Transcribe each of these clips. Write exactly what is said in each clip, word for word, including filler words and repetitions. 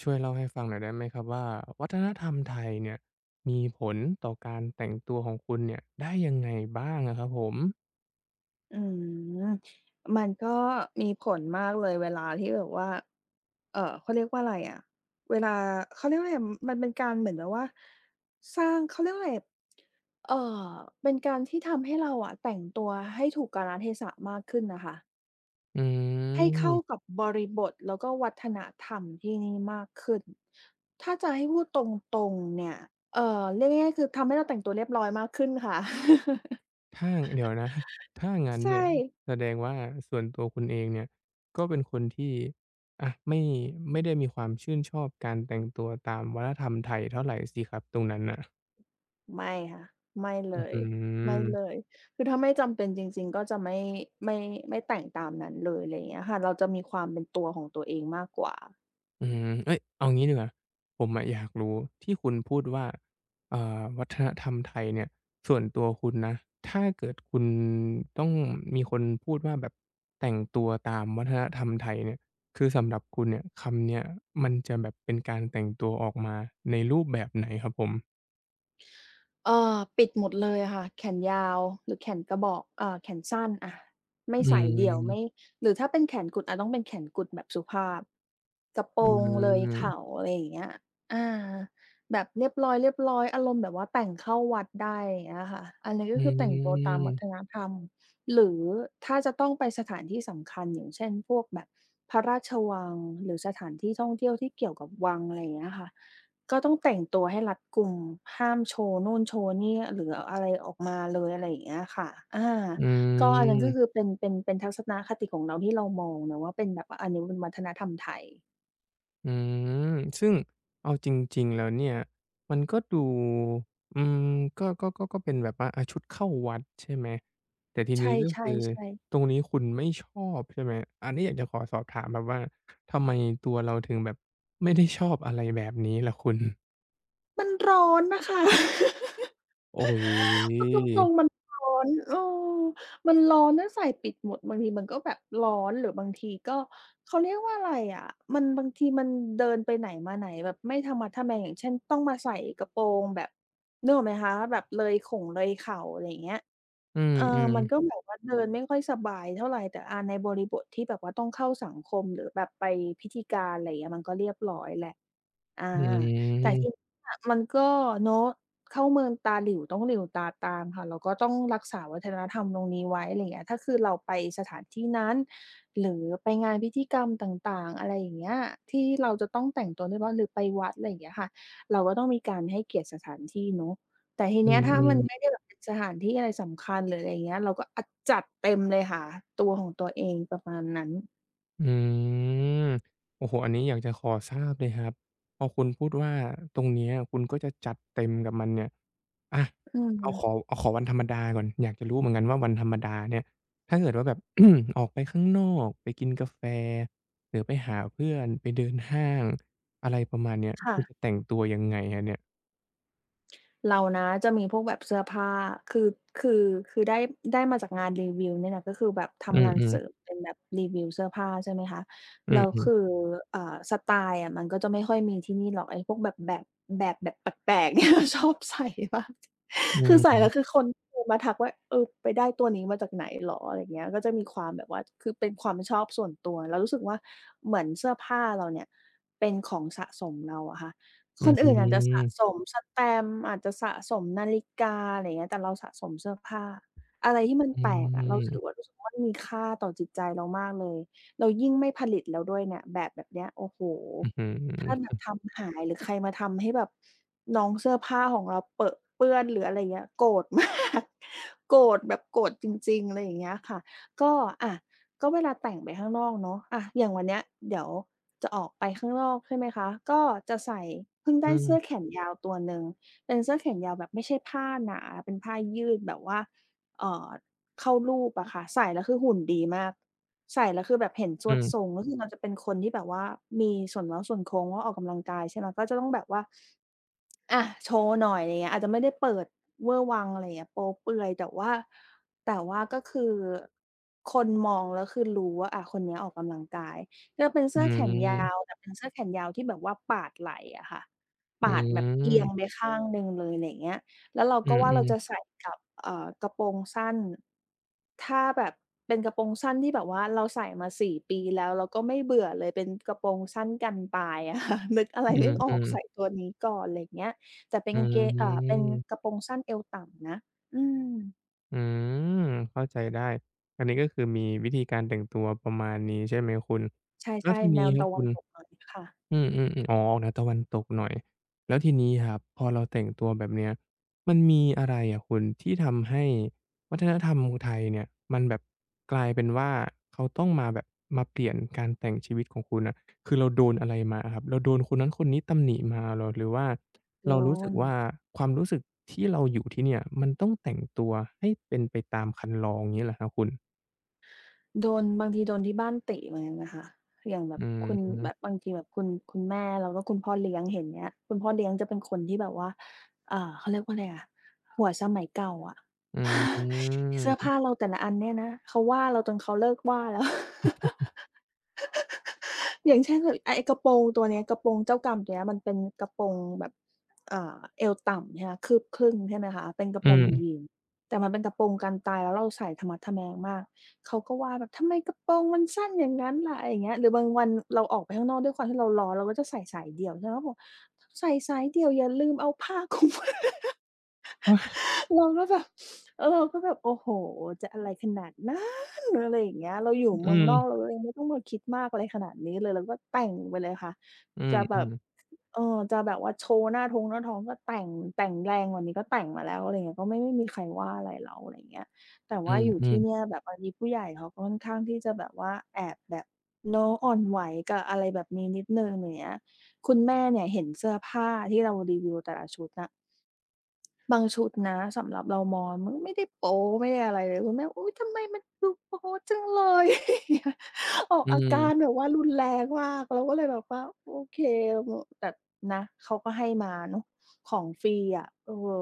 ช่วยเล่าให้ฟังหน่อยได้ไหมครับว่าวัฒนธรรมไทยเนี่ยมีผลต่อการแต่งตัวของคุณเนี่ยได้ยังไงบ้างอะครับผมอืมมันก็มีผลมากเลยเวลาที่แบบว่าเอ่อเขาเรียกว่าอะไรอะเวลาเขาเรียกว่าไรมันเป็นการเหมือนแบบว่าสร้างเขาเรียกว่าไรเอ่อเป็นการที่ทำให้เราอะแต่งตัวให้ถูกกาลเทศะมากขึ้นน่ะค่ะอืให้เข้ามกับบริบทแล้วก็วัฒนธรรมที่นี่มากขึ้นถ้าจะให้พูดตรงๆเนี่ยเอ่อเรียกง่ายๆคือทำให้เราแต่งตัวเรียบร้อยมากขึ้นค่ะ ถ้าเดี๋ยวนะ ถ้างั้ นใช่ เนี่ยแสดงว่าส่วนตัวคุณเองเนี่ยก็เป็นคนที่อะไม่ไม่ได้มีความชื่นชอบการแต่งตัวตามวัฒนธรรมไทยเท่าไรสิครับตรงนั้นน่ะไม่ค่ะไม่เลอื้อยฮืไม่เลอ ยคือถ้าไม่จำเป็นจริงๆก็จะไม่ไม่ไม่แต่งตามนั้นเลยอะไรอย่างเงี้ยค่ะเราจะมีความเป็นตัวของตัวเองมากกว่า อืมเอ้ยเอางี้ดีกว่าผมอะอยากรู้ที่คุณพูดว่าเอ่อวัฒนธรรมไทยเนี่ยส่วนตัวคุณนะถ้าเกิดคุณต้องมีคนพูดว่าแบบแต่งตัวตามวัฒนธรรมไทยเนี่ยคือสำหรับคุณเนี่ยคำเนี้ยมันจะแบบเป็นการแต่งตัวออกมาในรูปแบบไหนครับผมเอ่อปิดหมดเลยอะค่ะแขนยาวหรือแขนกระบอกเอ่อแขนสั้นอะไม่อืใส่เดี่ยวไม่มหรือถ้าเป็นแขนกุดอะต้องเป็นแขนกุดแบบสุภาพกระโปรอืงเลยเข่ามอะไรอย่างเงี้ยอาแบบเรียบร้อยๆอารมณ์แบบว่าแต่งเข้าวัดได้อย่างเงี้ยค่ะอันนี้อืก็คือแต่งตัวตามวัมฒนธรรมหรือถ้าจะต้องไปสถานที่สำคัญอย่างเช่นพวกแบบพระราชวังหรือสถานที่ท่องเที่ยวที่เกี่ยวกับวังอะไรอย่างเงี้ยค่ะ ก็ต้องแต่งตัวให้รัดกุมห้ามโชว์นู่นโชว์นี่หรืออะไรออกมาเลยอะไรอย่างเงี้ยค่ะอาอืก็อันนั้นก็คือม เป็นเป็นเป็นทัศนคติของเราที่เรามองนะว่าเป็นแบบว่าอันนี้เป็นวัฒนธรรมไทยอืมซึ่งเอาจริงๆแล้วเนี่ยมันก็ดูอืมก็ก็ก็ก็เป็นแบบว่าอาชุดเข้าวัดใช่ไหมแต่ทีนี้ก็ใช่คือๆตรๆงนี้คุณไม่ชอบใช่ไหมอันนี้อยากจะขอสอบถามแบบว่าทำไมตัวเราถึงแบบไม่ได้ชอบอะไรแบบนี้ล่ะคุณมันร้อนน่ะค่ะ โอ้โฮพูดตรงๆมันร้อนเออมันร้อนแล้วใส่ปิดหมดบางทีมันก็แบบร้อนหรือบางทีก็เขาเรียกว่าอะไรอะมันบางทีมันเดินไปไหนมาไหนแบบไม่ทะมัดทะแมงอย่างเช่นต้องมาใส่กระโปรงแบบนึกออกไหมคะแบบเลยข่งเลยเข่าอะไรอย่างเงี้ย อืเออ มมันก็ๆแบบว่าเดินไม่ค่อยสบายเท่าไรแต่อาในบริบทที่แบบว่าต้องเข้าสังคมหรือแบบไปพิธีการอะไรอย่างเงี้ยมันก็เรียบร้อยแหละอาอแต่ืมทีเนี้ยมันก็เนาะเข้าเมืองตาหลิ่วต้องหลิ่วตาตามค่ะเราก็ต้องรักษาวัฒนธรรมตรงนี้ไว้อะไรอย่างเงี้ยถ้าคือเราไปสถานที่นั้นหรือไปงานพิธีกรรมต่างๆอะไรอย่างเงี้ยที่เราจะต้องแต่งตัวเรียบร้อยหรือไปวัดอะไรอย่างเงี้ยค่ะเราก็ต้องมีการให้เกียรติสถานที่เนาะ แต่ทีอืเนี้ยถ้ามัมนไม่ๆ ได้แบบเป็นสถานที่อะไรสำคัญหรืออะไรอย่างเงี้ยเราก็อะจัดเต็มเลยหาตัวของตัวเองประมาณนั้นอืมโอ้โฮอันนี้อยากจะขอทราบเลยครับพอคุณพูดว่าตรงเนี้ยคุณก็จะจัดเต็มกับมันเนี่ยอะอืเอาขอมเอาขอวันธรรมดาก่อนอยากจะรู้เหมือนกันว่าวันธรรมดาเนี่ยถ้าเกิดว่าแบบ ออกไปข้างนอกไปกินกาแฟหรือไปหาเพื่อนไปเดินห้างอะไรประมาณเนี้ยค่ะ คุณจะแต่งตัวยังไงครับเนี่ยเรานะจะมีพวกแบบเสื้อผ้าคือคือคือได้ได้มาจากงานรีวิวเนี่ยแหละก็คือแบบอืทำงานมเสริมๆเป็นแบบรีวิวเสื้อผ้าใช่ไหมคะอืแล้วมคืออ่าสไตล์อะมันก็จะไม่ค่อยมีที่นี่หรอกไอ้พวกแบบแบบแบบแบบแปลกๆเนี่ยชอบใส่มากคือใส่แล้วคืๆอคนโทรมาทักว่าเออไปได้ตัวนี้มาจากไหนเหรออะไรอย่างเงี้ยก็จะมีความแบบว่าคือเป็นความชอบส่วนตัวแล้วรู้สึกว่าเหมือนเสื้อผ้าเราเนี่ยเป็นของสะสมเราอะค่ะ อืคนอื่นอาจจะสะมสมแสแตมป์อาจจะสะสมนาฬิกาอะไรอย่างเงี้ยแต่เราสะสมเสื้อผ้าอะไรที่มันอืแปลกอะเราถือว่ามรู้สึกว่ามันมีค่าต่อจิตใจเรามากเลยแล้วยิ่งไม่ผลิตแล้วด้วยเนี่ยแบบแบบเนี้ยโอ้โฮอืมอื้อถ้าแบฮือบทำหายหรือใครมาทำให้แบบน้องเสื้อผ้าของเราเปอะเปื้อนหรืออะไรอย่างเงี้ยโกรธมาก โกรธแบบโกรธจริงๆอะไรอย่างเงี้ยค่ะก็อะก็เวลาแต่งไปข้างนอกเนาะอะอย่างวันเนี้ยเดี๋ยว จะออกไปข้างนอกใช่ไหมคะ ก็จะใส่เพิ่งอืได้เสื้อแขมนยาวตัวหนึ่ง เป็นเสื้อแขนยาวแบบไม่ใช่ผ้าหนาเป็นผ้ายืดแบบว่าเอ่อเข้ารูปอะค่ะใส่แล้วคือหุ่นดีมากใส่แล้วคือแบบเห็นสอืวดมทรงก็คือเราจะเป็นคนที่แบบว่ามีส่วนเว้าส่วนโค้งว่าออกกำลังกายใช่ไหมก็จะต้องแบบว่า อะโชว์หน่อยไรเงี้ยอาจจะไม่ได้เปิดเวอร์วังอะไรเงี้ยโป๊เปลือยแต่ว่าแต่ว่าก็คือคนมองแล้วคือรู้ว่าอาคนเนี้ยออกกำลังกายก็เป็นอืเสื้อแขนยาวมแต่เป็นเสื้อแขนยาวที่แบบว่าปาดไหล่อะค่ะอืปาดแบบเอียงไปม ข้างหนึ่งเลยไรเงี้ยแล้วเราอืก็มว่าอืเรามจะใส่กับเอ่อกระโปรงสั้นถ้าแบบเป็นกระโปรงสั้นที่แบบว่าเราใส่มาสี่ปีแล้วเราก็ไม่เบื่อเลยเป็นกระโปรงสั้นกันปลายอะค่ะ นึกอะไรอืมไม่ออือกมใส่ตัวนี้ก่อนไรเงี้ย แต่เป็นอืกางเกงอ่าเป็นมกระโปรงสั้นเอวต่ำนะอืมอืมเข้าใจได้อันนี้ก็คือมีวิธีการแต่งตัวประมาณนี้ใช่ไหมคุณใชแล้ว่ทีๆแนนี้วครับตะวัคุนณ ตกหน่อยค่ะอืมอืมๆอ๋อออกแนวตะวันตกหน่อย แล้วทีนี้ครับพอเราแต่งตัวแบบเนี้ยมันมีอะไรอะคุณที่ทำให้วัฒนธรรมไทยเนี่ยมันแบบกลายเป็นว่าเขาต้องมาแบบมาเปลี่ยนการแต่งชีวิตของคุณน่ะคือเราโดนอะไรมาอะครับเราโดนคนนั้นคนนี้ตำหนิมาเหรอหรือว่าโดเรารู้สึกนว่าความรู้สึกที่เราอยู่ที่เนี่ยมันต้องแต่งตัวให้เป็นไปตามคันลองงี้เหรอครับคุณโดนบางทีโดนที่บ้านติเหมือนกันนะคะอย่างแบบอืมคุณแบบบางทีแบบคุณคุณแม่แล้วก็คุณพ่อเลี้ยงเห็นเงี้ยคุณพ่อเลี้ยงจะเป็นคนที่แบบว่าอ่าเขาเรียกว่าอะไรอะหัวสมัยเก่าอะ อื เสื้อผ้ามเราแต่ละอันเนี่ยนะเขาว่าเราจนเขาเลิกว่าแล้ว อย่างเช่นแบบไอ้กระโปรงตัวเนี้ยกระโปรงเจ้ากรรมตัวเนี้ยมันเป็นกระโปรงแบบอ่าเอวต่ำใช่ไหมคืบครึ่งใช่ไหมคะเป็นกระอืโปรงมยีนส์แต่มันเป็นกระโปรงกันตายแล้วเราใส่ทะมัดทะแมงมากเขาก็ว่าแบบทำไมกระโปรงมันสั้นอย่างงั้นล่ะอะไรอย่างเงี้ยหรือบางวันเราออกไปข้างนอกด้วยความที่เราร้อนเราก็จะใส่สายเดี่ยวใช่ไหมเขาบอกใส่สายเดี่ยวอย่าลืมเอาผ้าคลุม เราก็แบบเออเราก็แบบโอ้โฮจะอะไรขนาดนั้นอะไรอย่างเงี้ยเราอยู่อืเมืองนอกมเราเลยไม่ต้องมาคิดมากอะไรขนาดนี้เลยเราก็แต่งไปเลยค่ะอืมจะแบอืบมๆ เออจะแบบว่าโชว์หน้าท้องหน้าท้องก็แต่งแต่งแรงกว่านี้ก็แต่งมาแล้วอะไรเงี้ยก็ไม่ไม่มีใครว่าอะไรเราอะไรเงี้ยแต่อืว่ามอยู่อืมที่เนี่ยแบบบางทีผู้ใหญ่เขาก็ค่อนข้างที่จะแบบว่าแอบแบบเนาะอ่อนไหวกับอะไรแบบนี้นิดหนึ่งอย่างเงี้ยคุณแม่เนี่ยเห็นเสื้อผ้าที่เรารีวิวแต่ละชุดน่ะ บางชุดนะสำหรับเรามองมันไม่ได้โป๊ไม่ได้อะไรเลยคุณแม่อุ๊ยทำไมมันดูโป๊จังเลยอย่างเงี้ย ออกอือาการมแบบว่ารุนแรงมากเราก็เลยแบบว่าโอเคมแต่นะเขาก็ให้มาเนาะของฟรีอะเออ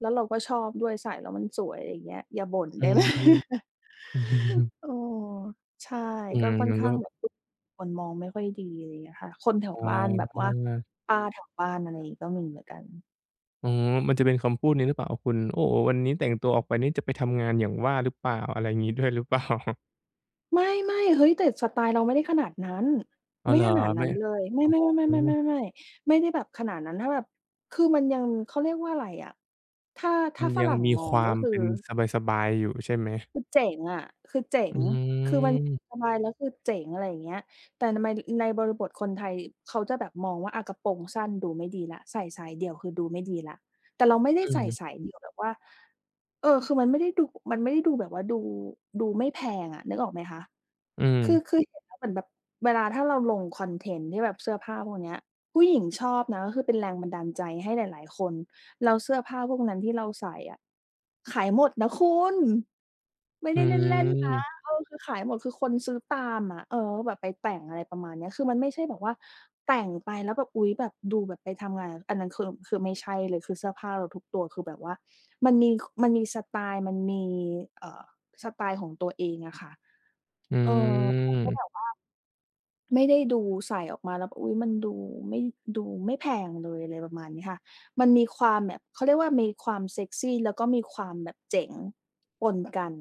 แล้วเราก็ชอบด้วยใส่แล้วมันสวยอะไรอย่างเงี้ยอย่าบ่นอืได้ไหมมเออใช่อืก็มค่อนมันก็ข้างแบบคนมองไม่ค่อยดีอะไรอย่างเงี้ยค่ะคนแถวอบ้านแบบว่าาป้าแถวบ้านอะไรอย่างงี้ก็มีเหมือนกัน อ๋อมันจะเป็นคำพูดนี้หรือเปล่าคุณโอ้โฮวันนี้แต่งตัวออกไปนี่จะไปทำงานอย่างว่าหรือเปล่าอะไรงี้ด้วยหรือเปล่าไม่ไม่เฮ้ยแต่สไตล์เราไม่ได้ขนาดนั้นอ๋อไม่เหรอขนาดไม่นั้นเลยไม่อ๋ๆอๆๆๆๆๆไม่ได้แบบขนาดนั้นถ้าแบบคือมันยังเขาเรียกว่าอะไรอะถ้ามัถ้านฝยังรั่งมีมอคงวาก็มคือเป็นสบายๆอยู่ใช่ไหมคือเจ๋งอะคือเจ๋อืงคือมันมสบายแล้วคือเจ๋งอะไรอย่างเงี้ยแต่ทำไมในบริบทคนไทยเขาจะแบบมองว่าอะกระโปรงสั้นดูไม่ดีแล้วใส่สายเดี่ยวคือดูไม่ดีแล้วแต่เราไม่ได้อืใส่มสายเดี่ยวแบบว่าเออคือมันไม่ได้ดูมันไม่ได้ดูแบบว่าดูดูไม่แพงอะนึกออกไหมคะ อืมคือคือเห็นแล้วเหมือนแบบเวลาถ้าเราลงคอนเทนต์ที่แบบเสื้อผ้าพวกเนี้ยผู้หญิงชอบนะก็คือเป็นแรงบันดาลใจให้หลายๆคนแล้วเสื้อผ้าพวกนั้นที่เราใส่อะขายหมดนะคุณไม่อืได้เล่นๆนะมเออคือขายหมดคือคนซื้อตามอะเออก็แบบไปแต่งอะไรประมาณเนี้ยคือมันไม่ใช่แบบว่าแต่งไปแล้วแบบอุ๊ยแบบดูแบบไปทำงานอันนั้นคือคือไม่ใช่เลยคือเสื้อผ้าเราทุกตัวคือแบบว่ามันมีมันมีสไตล์มันมีเอ่อสไตล์ของตัวเองอะค่ะอืเออมันก็แบบ มไม่ได้ดูใส่ออกมาแล้วอุ๊ยมันดูไม่ดูไม่แพงเลยอะไรประมาณนี้ค่ะมันมีความแบบเขาเรียกว่ามีความเซ็กซีแล้วก็มีความแบบเจ๋งปนกัน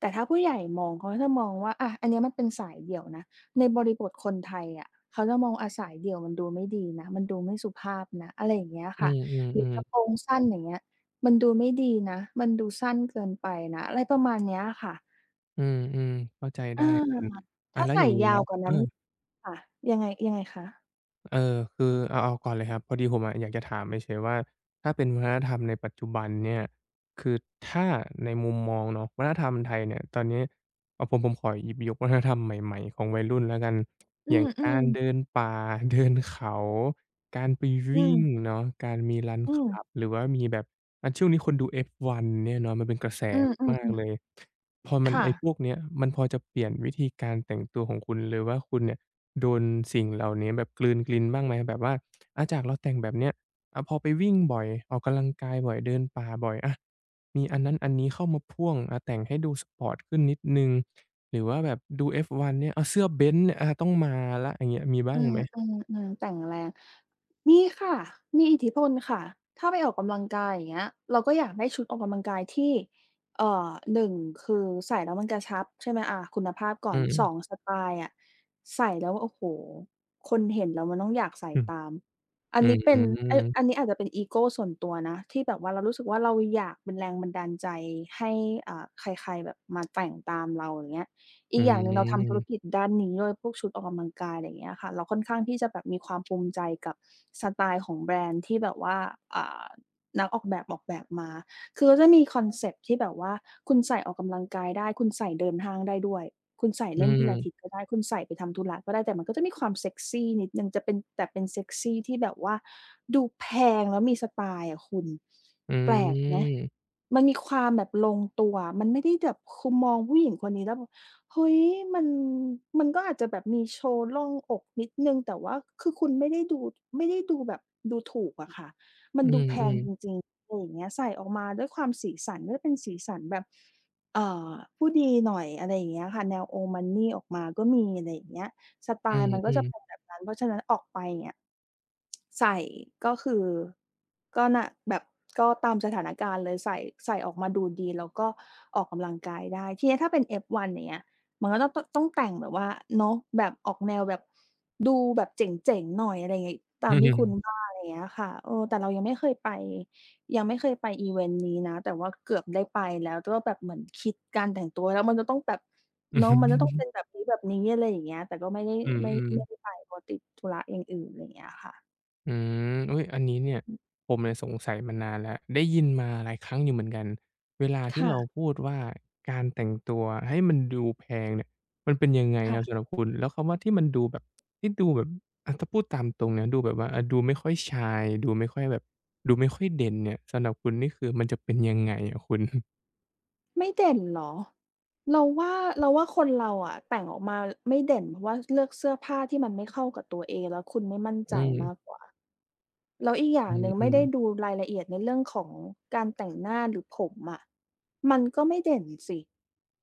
แต่ถ้าผู้ใหญ่มองเขาก็จะมองว่าอะอันเนี้ยมันเป็นสายเดี่ยวนะในบริบทคนไทยอะเขาจะมองอะสายเดี่ยวมันดูไม่ดีนะมันดูไม่สุภาพนะอะไรอย่างเงี้ยอืค่ะหรืออกระๆโปๆรงสั้นอย่างเงี้ยมันดูไม่ดีนะมันดูสั้นเกินไปนะอะไรประมาณเนี้ยค่ะอืมๆเข้าใจอาได้คุณอาถ้าแล้วอใส่ย่างงี้ยาวนะกว่าเออ นั้นค่ะยังไงยังไงคะ เออคือเอาเอาก่อนเลยครับพอดีผมอะอยากจะถามเฉยๆว่าถ้าเป็นวัฒนธรรมในปัจจุบันเนี่ยคือถ้าในมุมมองเนาะวัฒนธรรมไทยเนี่ยตอนนี้เอาผมผมขอหยิบยกวัฒนธรรมใหม่ๆของวัยรุ่นแล้วกันออืย่างมอืกามรเดินป่า เดินเขาการไปอืวิ่มงเนาะการมี Run อืม Club หรือว่ามีแบบอาช่วงนี้คนดูเอฟวันเนี่ยเนาะมันเป็นกระแสอืมอืมมาอืกมๆเลย พอมันค่ะไอ้พวกเนี้ยมันพอจะเปลี่ยนวิธีการแต่งตัวของคุณหรือว่าคุณเนี่ยโดนสิ่งเหล่านี้แบบกลืนกินบ้างไหมแบบว่าอาจากเราแต่งแบบเนี้ยอาพอไปวิ่งบ่อยออกกำลังกายบ่อยเดินป่าบ่อยอามีอันนั้นอันนี้เข้ามาพ่วงอาแต่งให้ดูสปอร์ตขึ้นนิดหนึ่งหรือว่าแบบดู เอฟ วัน เนี่ยอาเสื้อ Benz เนี่ยอาต้องมาแล้วอย่างเงี้ยมีเอบ้าองไหมๆๆแต่งแรงมีค่ะมีอิทธิพลค่ะถ้าไปออกกำลังกายอย่างเงี้ยเราก็อยากได้ชุดออกกำลังกายที่เอ่อหนึ่งคือใส่แล้วมันกระชับใช่ไหมอาคุณภาพก่ออืนมสองสไตล์อะใส่แล้วโอ้โฮคนเห็นแล้วมันต้องอยากใส่อืมตามอันอืนี้เป็นเอ๊ยมอันนี้อาจจะเป็นอีโกส่วนตัวนะที่แบบว่าเรารู้สึกว่าเราอยากเป็นแรงบันดาลใจให้อ่าใครๆแบบมาแต่งตามเราอย่างเงี้ย อีอืกอย่างหนึ่งเราทำธุรมกิจด้านนี้ด้วยพวกชุดออกกำลังกายอะไรอย่างเงี้ยค่ะเราค่อนข้างที่จะแบบมีความภูมิใจกับสไตล์ของแบรนด์ที่แบบว่าอ่านักออกแบบออกแบบมาคือเขาจะมีคอนเซปต์ที่แบบว่าคุณใส่ออกกำลังกายได้คุณใส่เดินห้างได้ด้วยคุณใส่อืเล่นพิลาทิสมก็ได้คุณใส่ไปทำธุระก็ได้แต่มันก็จะมีความเซกซีนิดหนึ่งจะเป็นแต่เป็นเซกซีที่แบบว่าดูแพงแล้วมีสไตล์อะคุณอแปลกไหืมมันมีความแบบลงตัวมันไม่ได้แบบคุณมองผู้หญิงคนนี้แล้วแบบ เฮ้ยมันมันก็อาจจะแบบมีโชว์ร่องอกนิดหนึ่งแต่ว่าคือคุณไม่ได้ดูไม่ได้ดูแบบดูถูกอะค่ะมันมดูแพอืงจมริงๆอะไรอย่างเงี้ยใส่ออกมาด้วยความสีสันก็จะเป็นสีสันแบบเอ่อผู้ดีหน่อยอะไรอย่างเงี้ยค่ะแนว Old Money ออกมาก็มีอะไรอย่างเงี้ยสไตๆอืล์มันก็จะมเป็นๆแบบนั้นเพราะฉะนั้นออกไปเนี่ยใส่ก็คือก็น่ะแบบก็ตามสถานการณ์เลยใส่ใส่ออกมาดูดีแล้วก็ออกกำลังกายได้ทีเนี้ยถ้าเป็น เอฟ วัน อย่างเงี้ย มันก็ต้องตต้องแต่งแบบว่าเนาะแบบออกแนวแบบดูแบบเจ๋งๆหน่อยอะไรอย่างงี้ตาอืมที่ม คุ ณๆว่าอะไรอย่างเงี้ยค่ะเออแต่เรายังไม่เคยไปยังไม่เคยไปอิเวนต์นี้นะแต่ว่าเกือบได้ไปแล้วก็แบบเหมือนคิดการแต่งตัวแล้วมันจะต้องแบบอือเนาะฮึ มันจะต้องเป็นแบบนี้แบบนี้อะไรอย่างเงี้ยแต่ก็ไม่ได้อืมไม่อืมไม่ได้ไปเพราะติดธุระอย่างอื่นอะไรอย่างเงี้ยค่ะอืมอุ๊ยอันนี้เนี่ยอือผมเนี่ยสงสัยมานานแล้วได้ยินมาหลายครั้งอยู่เหมือนกันเวลาที่เราค่ะพูดว่าการแต่งตัวให้มันดูแพงเนี่ยมันเป็นยังไงครับสำค่ะ หรับคุณแล้วคำว่าที่มันดูแบบที่ดูแบบอะถ้าพูดตามตรงนะดูแบบว่าอะดูไม่ค่อยชายดูไม่ค่อยแบบดูไม่ค่อยเด่นเนี่ยสำหรับคุณนี่คือมันจะเป็นยังไงอะคุณไม่เด่นเหรอ เราว่าเราว่าคนเราอะแต่งออกมาไม่เด่นเพราะว่าเลือกเสื้อผ้าที่มันไม่เข้ากับตัวเองแล้วคุณไม่มั่นใจอืมมากกว่า แล้วอีกออืย่างหนึ่งมไม่ได้ดูรายละเอียดในเรื่องของการแต่งหน้าหรือผมอะมันก็ไม่เด่นสิ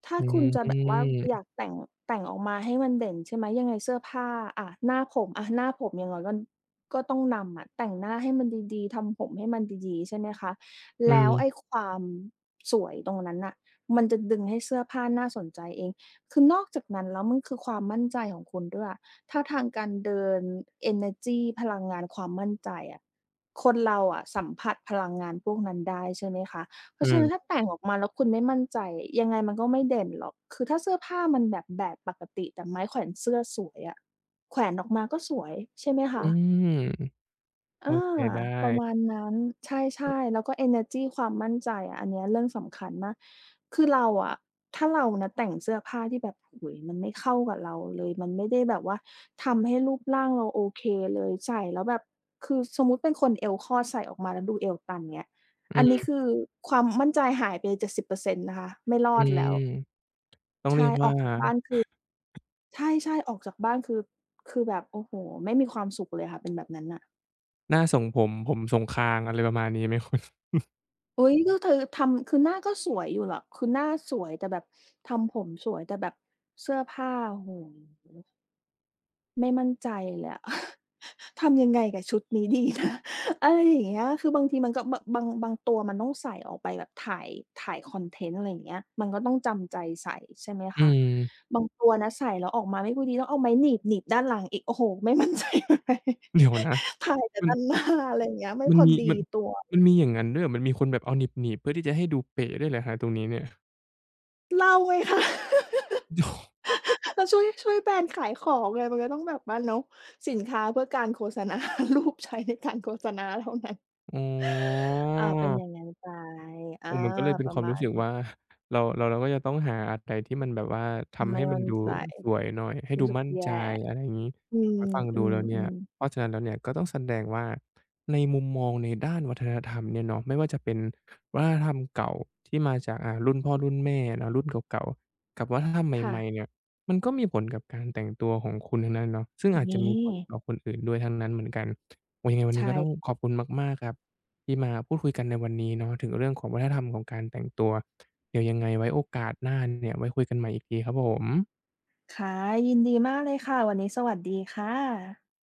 ถ้าอืคุณจะแบบว่ามอยากแต่งแต่งออกมาให้มันเด่นใช่ไหมยังไงเสื้อผ้าอะหน้าผมอะหน้าผมอย่างน้อยมันก็ต้องนำอะแต่งหน้าให้มันดีๆทำผมให้มันดีๆใช่ไหมคะอืแล้วไอ้มความสวยตรงนั้นน่ะมันจะดึงให้เสื้อผ้าน่าสนใจเองคือนอกจากนั้นแล้วมันคือความมั่นใจของคุณด้วยอะ ท่าทางการเดิน Energy พลังงานความมั่นใจอะคนเราอะสัมผัสพลังงานพวกนั้นได้ใช่ไหมคะ เพอืราะฉะนั้นถ้ามแต่งออกมาแล้วคุณไม่มั่นใจยังไงมันก็ไม่เด่นหรอก คือถ้าเสื้อผ้ามันแบบแบบปกติแต่ไม้แขวนเสื้อสวยอะแขวนออกมาก็สวยใช่ไหมอืคะ มอืมอาเข้าใจได้ประมาณนั้นใช่ๆแล้วก็เอเนอร์จีความมั่นใจอะอันเนี้ยเรื่องสำคัญมากคือเราอะถ้าเรานะแต่งเสื้อผ้าที่แบบโอ้โฮมันไม่เข้ากับเราเลยมันไม่ได้แบบว่าทำให้รูปร่างเราโอเคเลยใส่แล้วแบบคือสมมุติเป็นคนเอวคอดใส่ออกมาแล้วดูเอวตันเงี้ยอือันมนี้คือความมั่นใจหายไปเจดเจ็ดสิบนต์นะคะไม่รออืดแล้ม วต้องเรีใช่ยกอว่าอกจากบ้านคือใช่ๆออกจากบ้านคือคือแบบโอ้โฮไม่มีความสุขเลยค่ะเป็นแบบนั้นน่ะ หน้าทรงผมผมทรงคางอะไรประมาณนี้ไหมคุณ อุ๊ยก็คือทำคือหน้าก็สวยอยู่หรอกคือหน้าสวยแต่แบบทำผมสวยแต่แบบเสื้อผ้าโอ้โฮไม่มั่นใจเลยอะ ทำยังไงกับชุดนี้ดีนะ อะไรอย่างเงี้ยคือบางทีมันก็บบางบางตัวมันต้องใส่ออกไปแบบถ่ายถ่ายคอนเทนต์อะไรอย่างเงี้ยมันก็ต้องจำใจใส่ใช่ไหม อืคะมบางตัวนะใส่แล้วออกมาไม่ค่อยดีต้องเอาไม้หนีบหนีบด้านหลังอีกโอ้โฮไม่มั่นใจ เลยเดี๋ยวนะถ่ายแต่มันด้านหน้าอะไรอย่างเงี้ยไม่มัพนอมีดีมันตัว มันมีอย่างงั้นด้วยเหรอมันมีคนแบบเอาหนีบๆเพื่อที่จะให้ดูเป๋ด้วยเหรอครับตรงนี้เนี่ยเล่าไงคะ โอ เรา ช่วยช่วยแบรนด์ขายของไงมันก็ต้องแบบว่าเนาะสินค้าเพื่อการโฆษณา รูปใช้ในการโฆษณาเท่านั้น อ๋อาเป็นอย่างอ นั้นไปอาโอ้มันก็เลยเป็ปนคระวามมารู้ณสึกว่า นี้ เราเราเราก็จะต้องหาอะไรที่มันแบบว่าทำไม่ให้มันมั่นดูใจสวยหน่อยให้ดูรู้สึกมั่นใจแย่อะไรอย่างงี้อืพอมฟังอืดูมแล้วอืเนี่ยมเพราะฉะนั้นแล้วเนี่ยก็ต้องแสดงว่าในมุมมองในด้านวัฒนธรรมเนี่ยเนาะไม่ว่าจะเป็นวัฒนธรรมเก่าที่มาจากอ่ารุ่นพ่อรุ่นแม่เนาะรุ่นเก่าๆกับวัฒนธรรมค่ะ ใหม่ๆเนี่ยมันก็มีผลกับการแต่งตัวของคุณทั้งนั้นเนาะซึ่งอาจจะนี่มีผลต่อคนอื่นด้วยทั้งนั้นเหมือนกันโอ้ยังไงวันนี้ก็ต้องใช่ขอบคุณมากๆครับ ที่มาพูดคุยกันในวันนี้เนาะถึงเรื่องของวัฒนธรรมของการแต่งตัวเดี๋ยวยังไงไว้โอกาสหน้าเนี่ยไว้คุยกันใหม่อีกทีครับผมค่ะยินดีมากเลยค่ะ วันนี้สวัสดีค่ะ